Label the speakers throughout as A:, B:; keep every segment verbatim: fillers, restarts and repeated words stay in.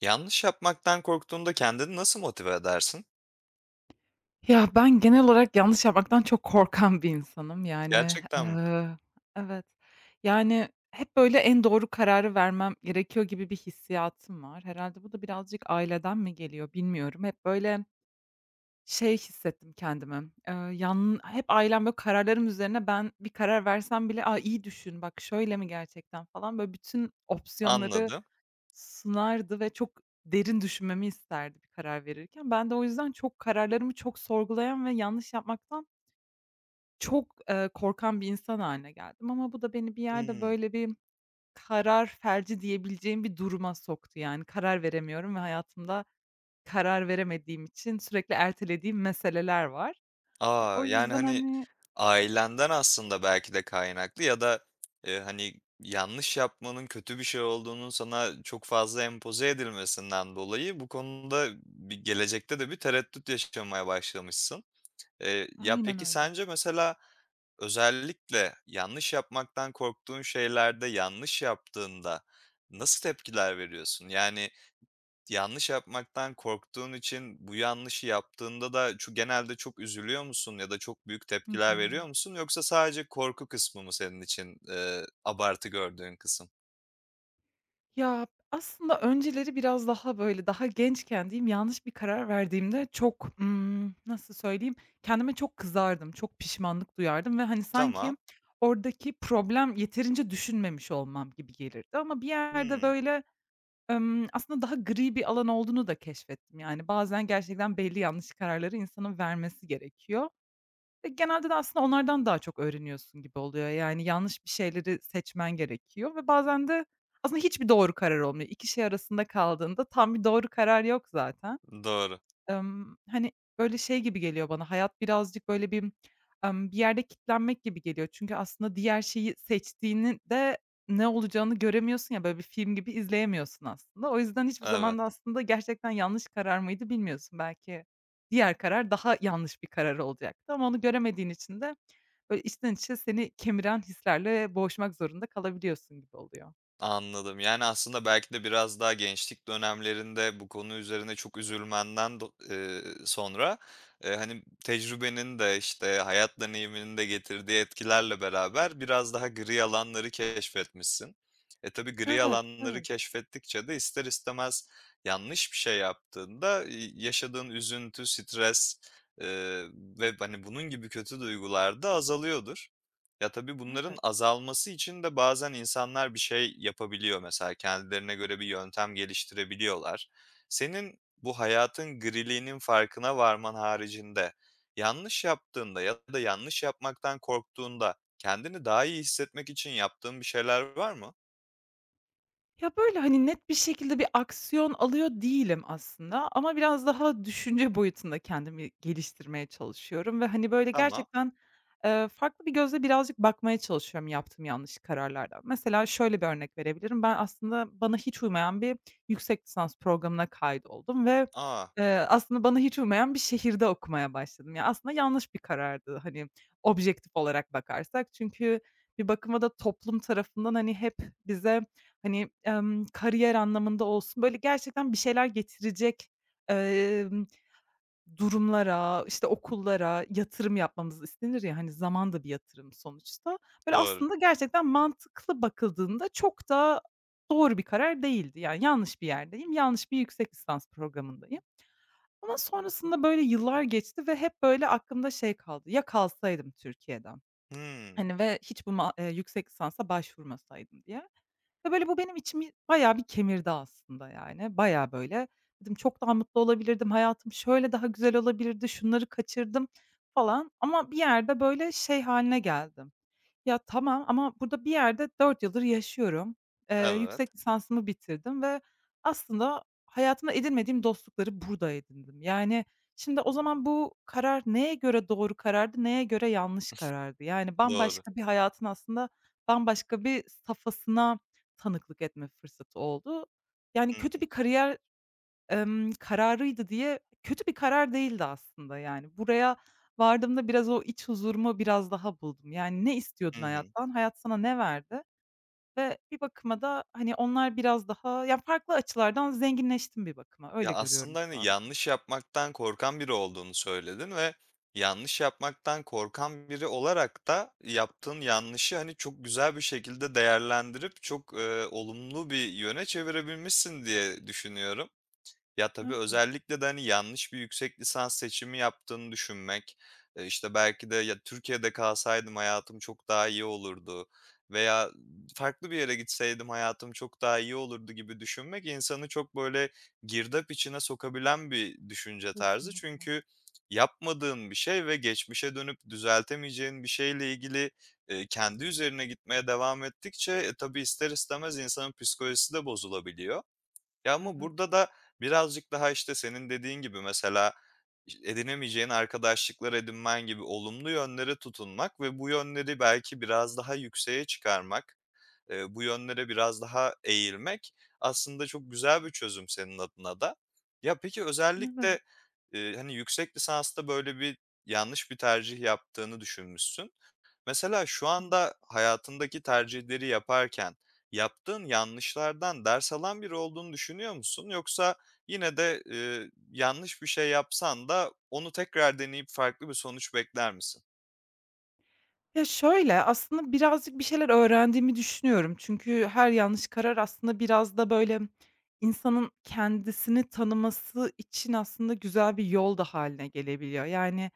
A: Yanlış yapmaktan korktuğunda kendini nasıl motive edersin?
B: Ya, ben genel olarak yanlış yapmaktan çok korkan bir insanım. Yani,
A: Gerçekten mi?
B: eee Evet. Yani, hep böyle en doğru kararı vermem gerekiyor gibi bir hissiyatım var. Herhalde bu da birazcık aileden mi geliyor bilmiyorum. Hep böyle şey hissettim kendimi, eee, yan hep ailem böyle kararlarım üzerine ben bir karar versem bile, "A, iyi düşün, bak şöyle mi gerçekten?" falan böyle bütün opsiyonları
A: Anladım.
B: Sınardı ve çok derin düşünmemi isterdi bir karar verirken. Ben de o yüzden çok kararlarımı çok sorgulayan ve yanlış yapmaktan çok, eee, korkan bir insan haline geldim ama bu da beni bir yerde
A: Hımm.
B: böyle bir karar felci diyebileceğim bir duruma soktu. Yani karar veremiyorum ve hayatımda karar veremediğim için sürekli ertelediğim meseleler var. E,
A: A!
B: o
A: Yani,
B: yüzden,
A: hani,
B: hani...
A: ailenden aslında belki de kaynaklı ya da, eee, hani, yanlış yapmanın kötü bir şey olduğunun sana çok fazla empoze edilmesinden dolayı bu konuda bir gelecekte de bir tereddüt yaşamaya başlamışsın. Eee, ya,
B: Aynen
A: peki
B: öyle.
A: sence mesela özellikle yanlış yapmaktan korktuğun şeylerde yanlış yaptığında nasıl tepkiler veriyorsun? Yani, Yanlış yapmaktan korktuğun için bu yanlışı yaptığında da ço genelde çok üzülüyor musun ya da çok büyük
B: Hı
A: tepkiler
B: hı.
A: veriyor musun yoksa sadece korku kısmı mı senin için, eee, abartı gördüğün kısım?
B: Ya, aslında önceleri biraz daha, böyle, daha gençken diyeyim, yanlış bir karar verdiğimde çok, ımm, nasıl söyleyeyim, kendime çok kızardım, çok pişmanlık duyardım ve, hani, sanki
A: Tamam.
B: oradaki problem yeterince düşünmemiş olmam gibi gelirdi ama bir yerde,
A: Hımm.
B: böyle, ımm, aslında daha gri bir alan olduğunu da keşfettim. Yani, bazen gerçekten belli yanlış kararları insanın vermesi gerekiyor. Ve genelde de aslında onlardan daha çok öğreniyorsun gibi oluyor. Yani yanlış bir şeyleri seçmen gerekiyor ve bazen de aslında hiçbir doğru karar olmuyor. İki şey arasında kaldığında tam bir doğru karar yok zaten.
A: Doğru.
B: Emm, hani, böyle, şey gibi geliyor bana, hayat birazcık, böyle, bir, emm, bir yerde kilitlenmek gibi geliyor. Çünkü aslında diğer şeyi seçtiğini de ne olacağını göremiyorsun ya, böyle, bir film gibi izleyemiyorsun aslında. O yüzden hiçbir
A: Evet.
B: zaman da aslında gerçekten yanlış karar mıydı bilmiyorsun. Belki diğer karar daha yanlış bir karar olacaktı ama onu göremediğin için de, böyle, içten içe seni kemiren hislerle boğuşmak zorunda kalabiliyorsun gibi oluyor.
A: Anladım. Yani, aslında belki de biraz daha gençlik dönemlerinde bu konu üzerine çok üzülmenden do eee, sonra, eee, hani, tecrübenin de, işte, hayat deneyiminin de getirdiği etkilerle beraber biraz daha gri alanları keşfetmişsin. E, tabii gri
B: Evet,
A: alanları
B: evet,
A: keşfettikçe de ister istemez yanlış bir şey yaptığında, iii, yaşadığın üzüntü, stres, eee, ve, hani, bunun gibi kötü duygular da azalıyordur. Ya, tabii bunların
B: evet.
A: azalması için de bazen insanlar bir şey yapabiliyor. Mesela kendilerine göre bir yöntem geliştirebiliyorlar. Senin bu hayatın griliğinin farkına varman haricinde yanlış yaptığında ya da yanlış yapmaktan korktuğunda kendini daha iyi hissetmek için yaptığın bir şeyler var mı?
B: Ya, böyle, hani, net bir şekilde bir aksiyon alıyor değilim aslında ama biraz daha düşünce boyutunda kendimi geliştirmeye çalışıyorum ve, hani, böyle,
A: Tamam.
B: gerçekten, eee, farklı bir gözle birazcık bakmaya çalışıyorum yaptığım yanlış kararlardan. Mesela şöyle bir örnek verebilirim. Ben aslında bana hiç uymayan bir yüksek lisans programına kaydoldum ve,
A: A!
B: eee, aslında bana hiç uymayan bir şehirde okumaya başladım. Ya, aslında yanlış bir karardı, hani, objektif olarak bakarsak. Çünkü bir bakıma da toplum tarafından, hani, hep bize... Hani, emm, kariyer anlamında olsun, böyle, gerçekten bir şeyler getirecek, emm, durumlara, işte, okullara yatırım yapmamız istenir ya, hani, zaman da bir yatırım sonuçta. Böyle,
A: Doğru.
B: aslında gerçekten mantıklı bakıldığında çok da doğru bir karar değildi. Yani, yanlış bir yerdeyim, yanlış bir yüksek lisans programındayım ama sonrasında, böyle, yıllar geçti ve hep, böyle, aklımda şey kaldı, "Ya kalsaydım Türkiye'den,
A: Hımm.
B: hani, ve hiç bu ma eee, yüksek lisansa başvurmasaydım" diye. Ve böyle bu benim içimi bayağı bir kemirdi aslında yani. Bayağı böyle dedim çok daha mutlu olabilirdim, hayatım şöyle daha güzel olabilirdi, şunları kaçırdım falan ama bir yerde böyle şey haline geldim. Ya tamam ama burada bir yerde dört yıldır yaşıyorum. Eee,
A: Evet.
B: yüksek lisansımı bitirdim ve aslında hayatımda edinmediğim dostlukları burada edindim. Yani şimdi o zaman bu karar neye göre doğru karardı, neye göre yanlış karardı? Yani
A: Doğru.
B: bambaşka bir hayatın aslında bambaşka bir safhasına tanıklık etme fırsatı oldu. Yani,
A: Hı
B: kötü
A: hı.
B: bir kariyer, emm, kararıydı diye kötü bir karar değildi aslında, yani. Buraya vardığımda biraz o iç huzurumu biraz daha buldum. Yani, ne
A: Hı
B: istiyordun
A: hı.
B: hayattan, hayat sana ne verdi ve bir bakıma da, hani, onlar biraz daha ya, farklı açılardan zenginleştim bir bakıma.
A: Ya,
B: Öyle görüyorum
A: aslında,
B: şu
A: hani,
B: anda.
A: yanlış yapmaktan korkan biri olduğunu söyledin ve yanlış yapmaktan korkan biri olarak da yaptığın yanlışı, hani, çok güzel bir şekilde değerlendirip çok, eee, olumlu bir yöne çevirebilmişsin diye düşünüyorum. Ya, tabii
B: Evet,
A: özellikle de, hani, yanlış bir yüksek lisans seçimi yaptığını düşünmek, eee, işte, belki de ya Türkiye'de kalsaydım hayatım çok daha iyi olurdu veya farklı bir yere gitseydim hayatım çok daha iyi olurdu gibi düşünmek insanı çok böyle girdap içine sokabilen bir düşünce tarzı.
B: kesinlikle.
A: Çünkü yapmadığın bir şey ve geçmişe dönüp düzeltemeyeceğin bir şeyle ilgili, eee, kendi üzerine gitmeye devam ettikçe, e, tabii ister istemez insanın psikolojisi de bozulabiliyor. Ya, ama burada
B: Evet.
A: da birazcık daha, işte, senin dediğin gibi mesela edinemeyeceğin arkadaşlıklar edinmen gibi olumlu yönlere tutunmak ve bu yönleri belki biraz daha yükseğe çıkarmak, eee, bu yönlere biraz daha eğilmek aslında çok güzel bir çözüm senin adına da. Ya, peki
B: Evet.
A: özellikle, eee, hani, yüksek lisansta böyle bir yanlış bir tercih yaptığını düşünmüşsün. Mesela şu anda hayatındaki tercihleri yaparken yaptığın yanlışlardan ders alan biri olduğunu düşünüyor musun? Yoksa yine de, eee, yanlış bir şey yapsan da onu tekrar deneyip farklı bir sonuç bekler misin?
B: Ya, şöyle, aslında birazcık bir şeyler öğrendiğimi düşünüyorum. Çünkü her yanlış karar aslında biraz da, böyle, insanın kendisini tanıması için aslında güzel bir yol da haline gelebiliyor. Yani,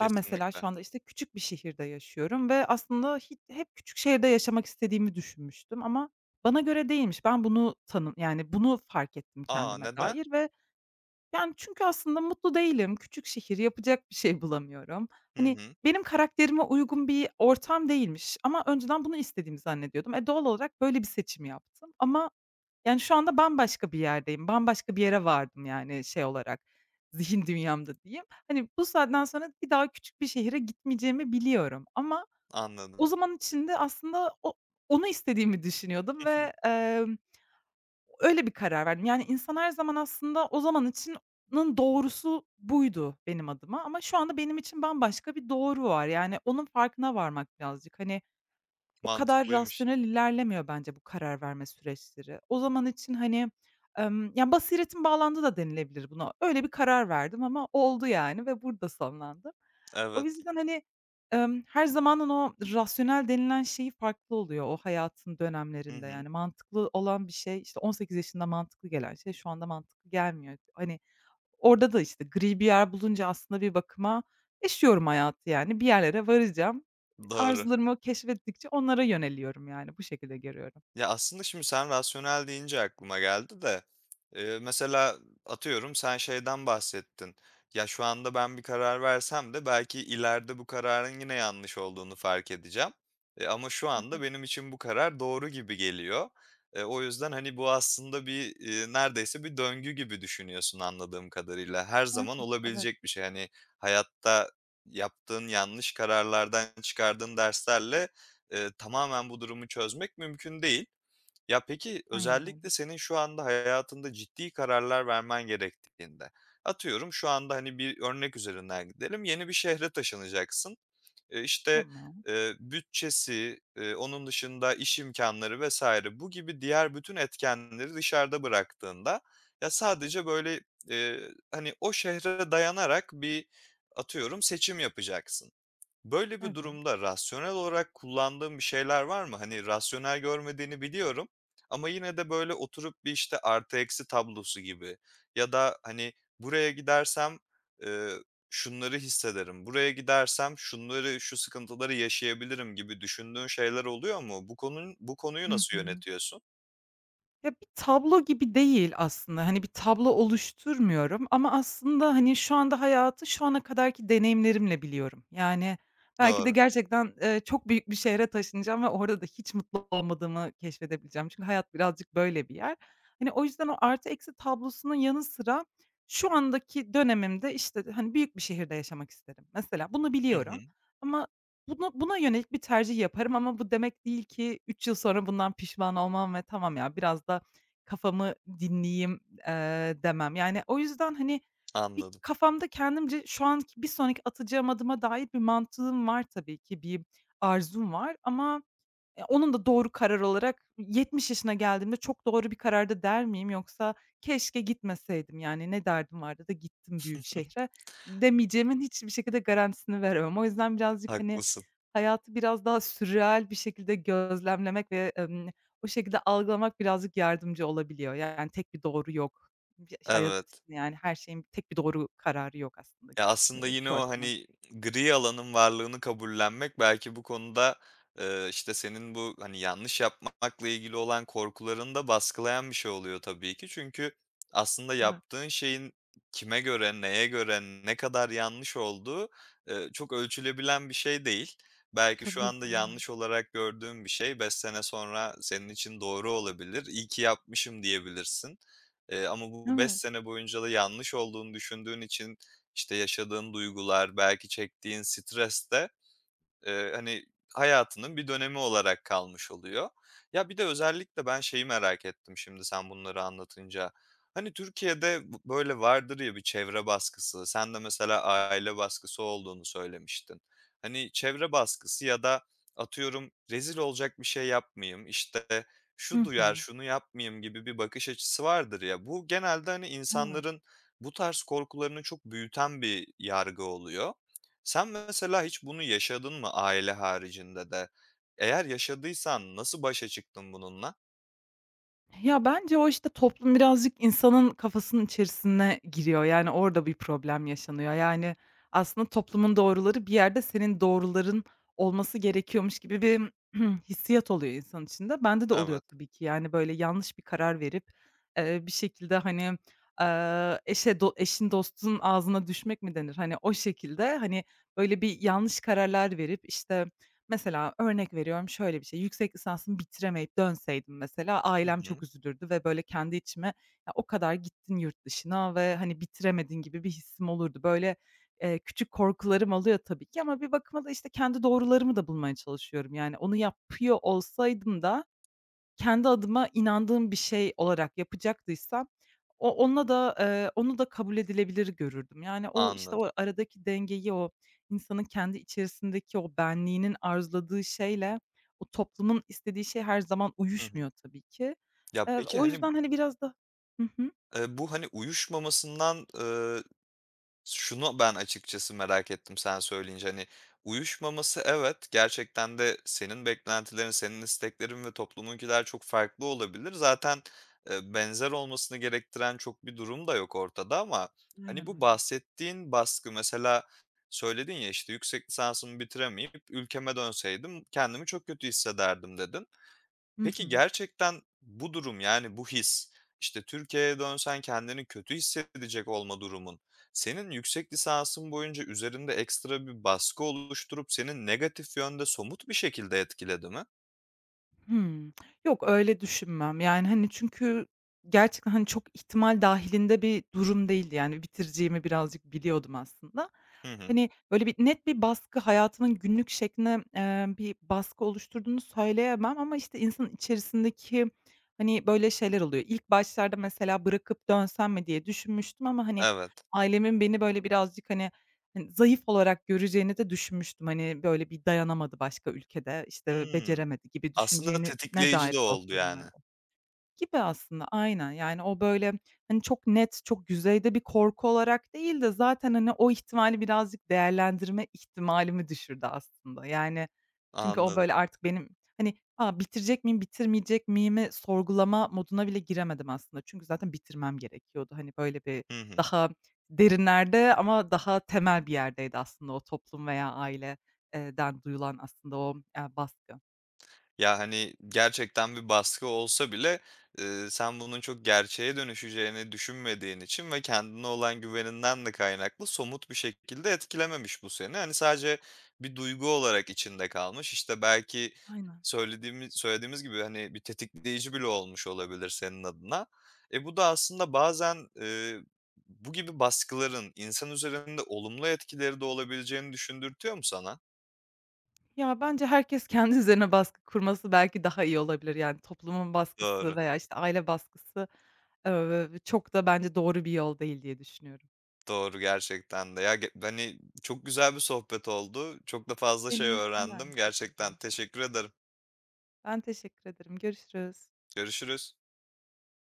B: ben mesela şu anda, işte, küçük bir şehirde yaşıyorum ve aslında hiç hep küçük şehirde yaşamak istediğimi düşünmüştüm ama bana göre değilmiş. Ben bunu tanım, yani, bunu fark ettim
A: Aa,
B: kendime
A: neden?
B: dair ve, yani, çünkü aslında mutlu değilim. Küçük şehir, yapacak bir şey bulamıyorum.
A: Hı
B: Hani,
A: hı.
B: benim karakterime uygun bir ortam değilmiş ama önceden bunu istediğimi zannediyordum. E, doğal olarak böyle bir seçim yaptım ama, yani, şu anda bambaşka bir yerdeyim. Bambaşka bir yere vardım, yani, şey olarak, zihin dünyamda diyeyim. Hani, bu saatten sonra bir daha küçük bir şehre gitmeyeceğimi biliyorum ama o
A: Anladım.
B: zaman için de aslında o onu istediğimi düşünüyordum ve, emm Öyle bir karar verdim. Yani, insan her zaman aslında o zaman içinin doğrusu buydu benim adıma ama şu anda benim için bambaşka bir doğru var. Yani, onun farkına varmak birazcık. Hani, o kadar
A: Mantıklıymış.
B: rasyonel ilerlemiyor bence bu karar verme süreçleri. O zaman için, hani, emm, ya, basiretim bağlandı da denilebilir buna. Öyle bir karar verdim ama oldu yani ve burada sonlandı. O
A: Evet.
B: yüzden, hani, emm, her zamanın o rasyonel denilen şeyi farklı oluyor o hayatın
A: Hı
B: dönemlerinde.
A: hı.
B: Yani mantıklı olan bir şey, işte, on sekiz yaşında mantıklı gelen şey şu anda mantıklı gelmiyor. Hani, orada da, işte, gri bir yer bulunca aslında bir bakıma yaşıyorum hayatı yani. Bir yerlere varacağım.
A: Doğru.
B: Arzularımı keşfettikçe onlara yöneliyorum yani. Bu şekilde görüyorum.
A: Ya, aslında şimdi sen rasyonel deyince aklıma geldi de, eee, mesela atıyorum sen şeyden bahsettin. Ya, şu anda ben bir karar versem de belki ileride bu kararın yine yanlış olduğunu fark edeceğim. Eee, ama şu anda benim için bu karar doğru gibi geliyor. Eee, o yüzden, hani, bu aslında bir, eee, neredeyse bir döngü gibi düşünüyorsun anladığım kadarıyla. Her
B: Evet,
A: zaman
B: evet.
A: olabilecek bir şey. Hani, hayatta yaptığın yanlış kararlardan çıkardığın derslerle, eee, tamamen bu durumu çözmek mümkün değil. Ya, peki,
B: Aynen
A: özellikle
B: öyle.
A: senin şu anda hayatında ciddi kararlar vermen gerektiğinde, atıyorum şu anda, hani, bir örnek üzerinden gidelim, yeni bir şehre taşınacaksın. Eee, işte,
B: Tamam.
A: eee, bütçesi, eee, onun dışında iş imkânları vesaire bu gibi diğer bütün etkenleri dışarıda bıraktığında, ya, sadece böyle, eee, hani, o şehre dayanarak bir, atıyorum, seçim yapacaksın. Böyle bir
B: Evet.
A: durumda rasyonel olarak kullandığın bir şeyler var mı? Hani, rasyonel görmediğini biliyorum ama yine de, böyle, oturup bir, işte, artı eksi tablosu gibi ya da, hani, buraya gidersem, eee, şunları hissederim, buraya gidersem şunları, şu sıkıntıları yaşayabilirim gibi düşündüğün şeyler oluyor mu? Bu konun bu konuyu
B: Hı
A: nasıl
B: hı.
A: yönetiyorsun?
B: Ya, bir tablo gibi değil aslında. Hani, bir tablo oluşturmuyorum ama aslında, hani, şu anda hayatı şu ana kadarki deneyimlerimle biliyorum. Yani, belki de
A: Doğru.
B: gerçekten, eee, çok büyük bir şehre taşınacağım ve orada da hiç mutlu olmadığımı keşfedebileceğim. Çünkü hayat birazcık böyle bir yer. Hani, o yüzden o artı eksi tablosunun yanı sıra şu andaki dönemimde, işte, hani, büyük bir şehirde yaşamak isterim mesela. Bunu
A: Hı hı.
B: biliyorum ama Buna buna yönelik bir tercih yaparım ama bu demek değil ki üç yıl sonra bundan pişman olmam ve "Tamam ya, biraz da kafamı dinleyeyim." eee, demem. Yani, o yüzden, hani, bir
A: Anladım.
B: kafamda kendimce şu anki bir sonraki atacağım adıma dair bir mantığım var tabii ki, bir arzum var ama Eee, onun da doğru karar olarak yetmiş yaşına geldiğimde çok doğru bir karardı der miyim? Yoksa keşke gitmeseydim, yani, ne derdim vardı da gittim büyük şehre demeyeceğimin hiçbir şekilde garantisini veremem. O yüzden birazcık, hani,
A: Haklısın.
B: hayatı biraz daha sürreal bir şekilde gözlemlemek ve, emm, o şekilde algılamak birazcık yardımcı olabiliyor. Yani, tek bir doğru yok. Bi hayat
A: Evet.
B: için, yani, her şeyin tek bir doğru kararı yok aslında
A: Ya,
B: gibi
A: aslında
B: düşünüyorum
A: yine
B: şu
A: o,
B: aşamada.
A: hani, gri alanın varlığını kabullenmek belki bu konuda, eee, işte, senin bu, hani, yanlış yapmakla ilgili olan korkularını da baskılayan bir şey oluyor tabii ki. Çünkü aslında
B: Evet,
A: yaptığın şeyin kime göre, neye göre, ne kadar yanlış olduğu, eee, çok ölçülebilen bir şey değil. Belki şu
B: tabii ki,
A: anda
B: aynen.
A: yanlış olarak gördüğün bir şey beş sene sonra senin için doğru olabilir. "İyi ki yapmışım." diyebilirsin. Eee, ama bu beş
B: Evet.
A: sene boyunca da yanlış olduğunu düşündüğün için işte, yaşadığın duygular, belki çektiğin stres de, Eee, hani, hayatının bir dönemi olarak kalmış oluyor. Ya, bir de özellikle ben şeyi merak ettim şimdi sen bunları anlatınca. Hani, Türkiye'de b böyle vardır ya bir çevre baskısı. Sen de mesela aile baskısı olduğunu söylemiştin. Hani, çevre baskısı ya da atıyorum rezil olacak bir şey yapmayayım, işte, şu
B: Hı
A: duyar,
B: hı.
A: şunu yapmayayım gibi bir bakış açısı vardır ya. Bu genelde, hani,
B: Evet.
A: insanların bu tarz korkularını çok büyüten bir yargı oluyor. Sen mesela hiç bunu yaşadın mı aile haricinde de? Eğer yaşadıysan nasıl başa çıktın bununla?
B: Ya, bence o, işte, toplum birazcık insanın kafasının içerisine giriyor. Yani, orada bir problem yaşanıyor. Yani, aslında toplumun doğruları bir yerde senin doğruların olması gerekiyormuş gibi bir hissiyat oluyor insan içinde. Bende de oluyor
A: Evet.
B: tabii ki. Yani, böyle, yanlış bir karar verip, eee, bir şekilde, hani, eee, eşe do eşin dostun ağzına düşmek mi denir? Hani, o şekilde, hani, böyle, bir yanlış kararlar verip, işte... Mesela örnek veriyorum, şöyle bir şey, yüksek lisansımı bitiremeyip dönseydim mesela
A: Hı
B: ailem
A: hı.
B: çok üzülürdü ve böyle kendi içime "Ya, o kadar gittin yurt dışına ve, hani, bitiremedin." gibi bir hissim olurdu. Böyle, eee, küçük korkularım oluyor tabii ki ama bir bakıma da, işte, kendi doğrularımı da bulmaya çalışıyorum. Yani onu yapıyor olsaydım da kendi adıma inandığım bir şey olarak yapacaktıysam o onunla da, eee, onu da kabul edilebilir görürdüm. Yani, o, işte,
A: Anladım.
B: o aradaki dengeyi, o insanın kendi içerisindeki o benliğinin arzuladığı şeyle o toplumun istediği şey her zaman
A: Hı hı.
B: uyuşmuyor tabii ki.
A: Ya,
B: Eee,
A: peki,
B: o
A: hani,
B: yüzden, hani, biraz da... Hı hı.
A: eee, bu, hani, uyuşmamasından, Şunu ben açıkçası merak ettim sen söyleyince, hani, uyuşmaması evet, gerçekten de senin beklentilerin, senin isteklerin ve toplumunkiler çok farklı olabilir. Zaten, eee, benzer olmasını gerektiren çok bir durum da yok ortada ama, hani,
B: Aynen
A: bu
B: öyle.
A: bahsettiğin baskı mesela söyledin ya, işte, "Yüksek lisansımı bitiremeyip ülkeme dönseydim kendimi çok kötü hissederdim." dedin.
B: Hı
A: Peki
B: hı.
A: gerçekten bu durum, yani bu his, işte, Türkiye'ye dönsen kendini kötü hissedecek olma durumun, senin yüksek lisansın boyunca üzerinde ekstra bir baskı oluşturup seni negatif yönde somut bir şekilde etkiledi mi?
B: Hımm. Yok, öyle düşünmem. Yani, hani, çünkü gerçekten, hani, çok ihtimal dâhilinde bir durum değildi. Yani, bitireceğimi birazcık biliyordum aslında.
A: Hı hı.
B: Hani, böyle bir net bir baskı, hayatımın günlük şekline, eee, bir baskı oluşturduğunu söyleyemem ama, işte, insanın içerisindeki, hani, böyle şeyler oluyor. İlk başlarda mesela bırakıp dönsem mi diye düşünmüştüm ama, hani,
A: Evet.
B: ailemin beni böyle birazcık, hani, Hani, zayıf olarak göreceğini de düşünmüştüm. Hani, böyle bir dayanamadı başka ülkede, işte,
A: Hımm.
B: beceremedi gibi
A: Aslında
B: düşüneceğine
A: tetikleyici
B: dair
A: de oldu
B: korkularım
A: yani.
B: vardı. Gibi aslında, aynen. Yani o böyle, hani, çok net, çok yüzeyde bir korku olarak değil de zaten, hani, o ihtimali birazcık değerlendirme ihtimalimi düşürdü aslında. Yani çünkü o
A: Anladım.
B: böyle artık benim, hani, "A, bitirecek miyim, bitirmeyecek miyimi?" sorgulama moduna bile giremedim aslında. Çünkü zaten bitirmem gerekiyordu. Hani, böyle bir
A: Hı hı.
B: daha derinlerde ama daha temel bir yerdeydi aslında o toplum veya aileden duyulan aslında o, eee, baskı.
A: Ya, hani, gerçekten bir baskı olsa bile, eee, sen bunun çok gerçeğe dönüşeceğini düşünmediğin için ve kendine olan güveninden de kaynaklı somut bir şekilde etkilememiş bu seni. Hani, sadece bir duygu olarak içinde kalmış. İşte, belki
B: Aynen.
A: söylediğimiz, söylediğimiz gibi, hani, bir tetikleyici bile olmuş olabilir senin adına. E, bu da aslında bazen, eee, bu gibi baskıların insan üzerinde olumlu etkileri de olabileceğini düşündürtüyor mu sana?
B: Ya, bence herkes kendi üzerine baskı kurması belki daha iyi olabilir. Yani, toplumun baskısı
A: Doğru.
B: veya, işte, aile baskısı, eee, çok da bence doğru bir yol değil diye düşünüyorum.
A: Doğru gerçekten de. Ya, ge hani, çok güzel bir sohbet oldu. Çok da fazla şey
B: Benim için de aynı
A: öğrendim. Gerçekten
B: şekilde.
A: teşekkür ederim.
B: Ben teşekkür ederim. Görüşürüz.
A: Görüşürüz.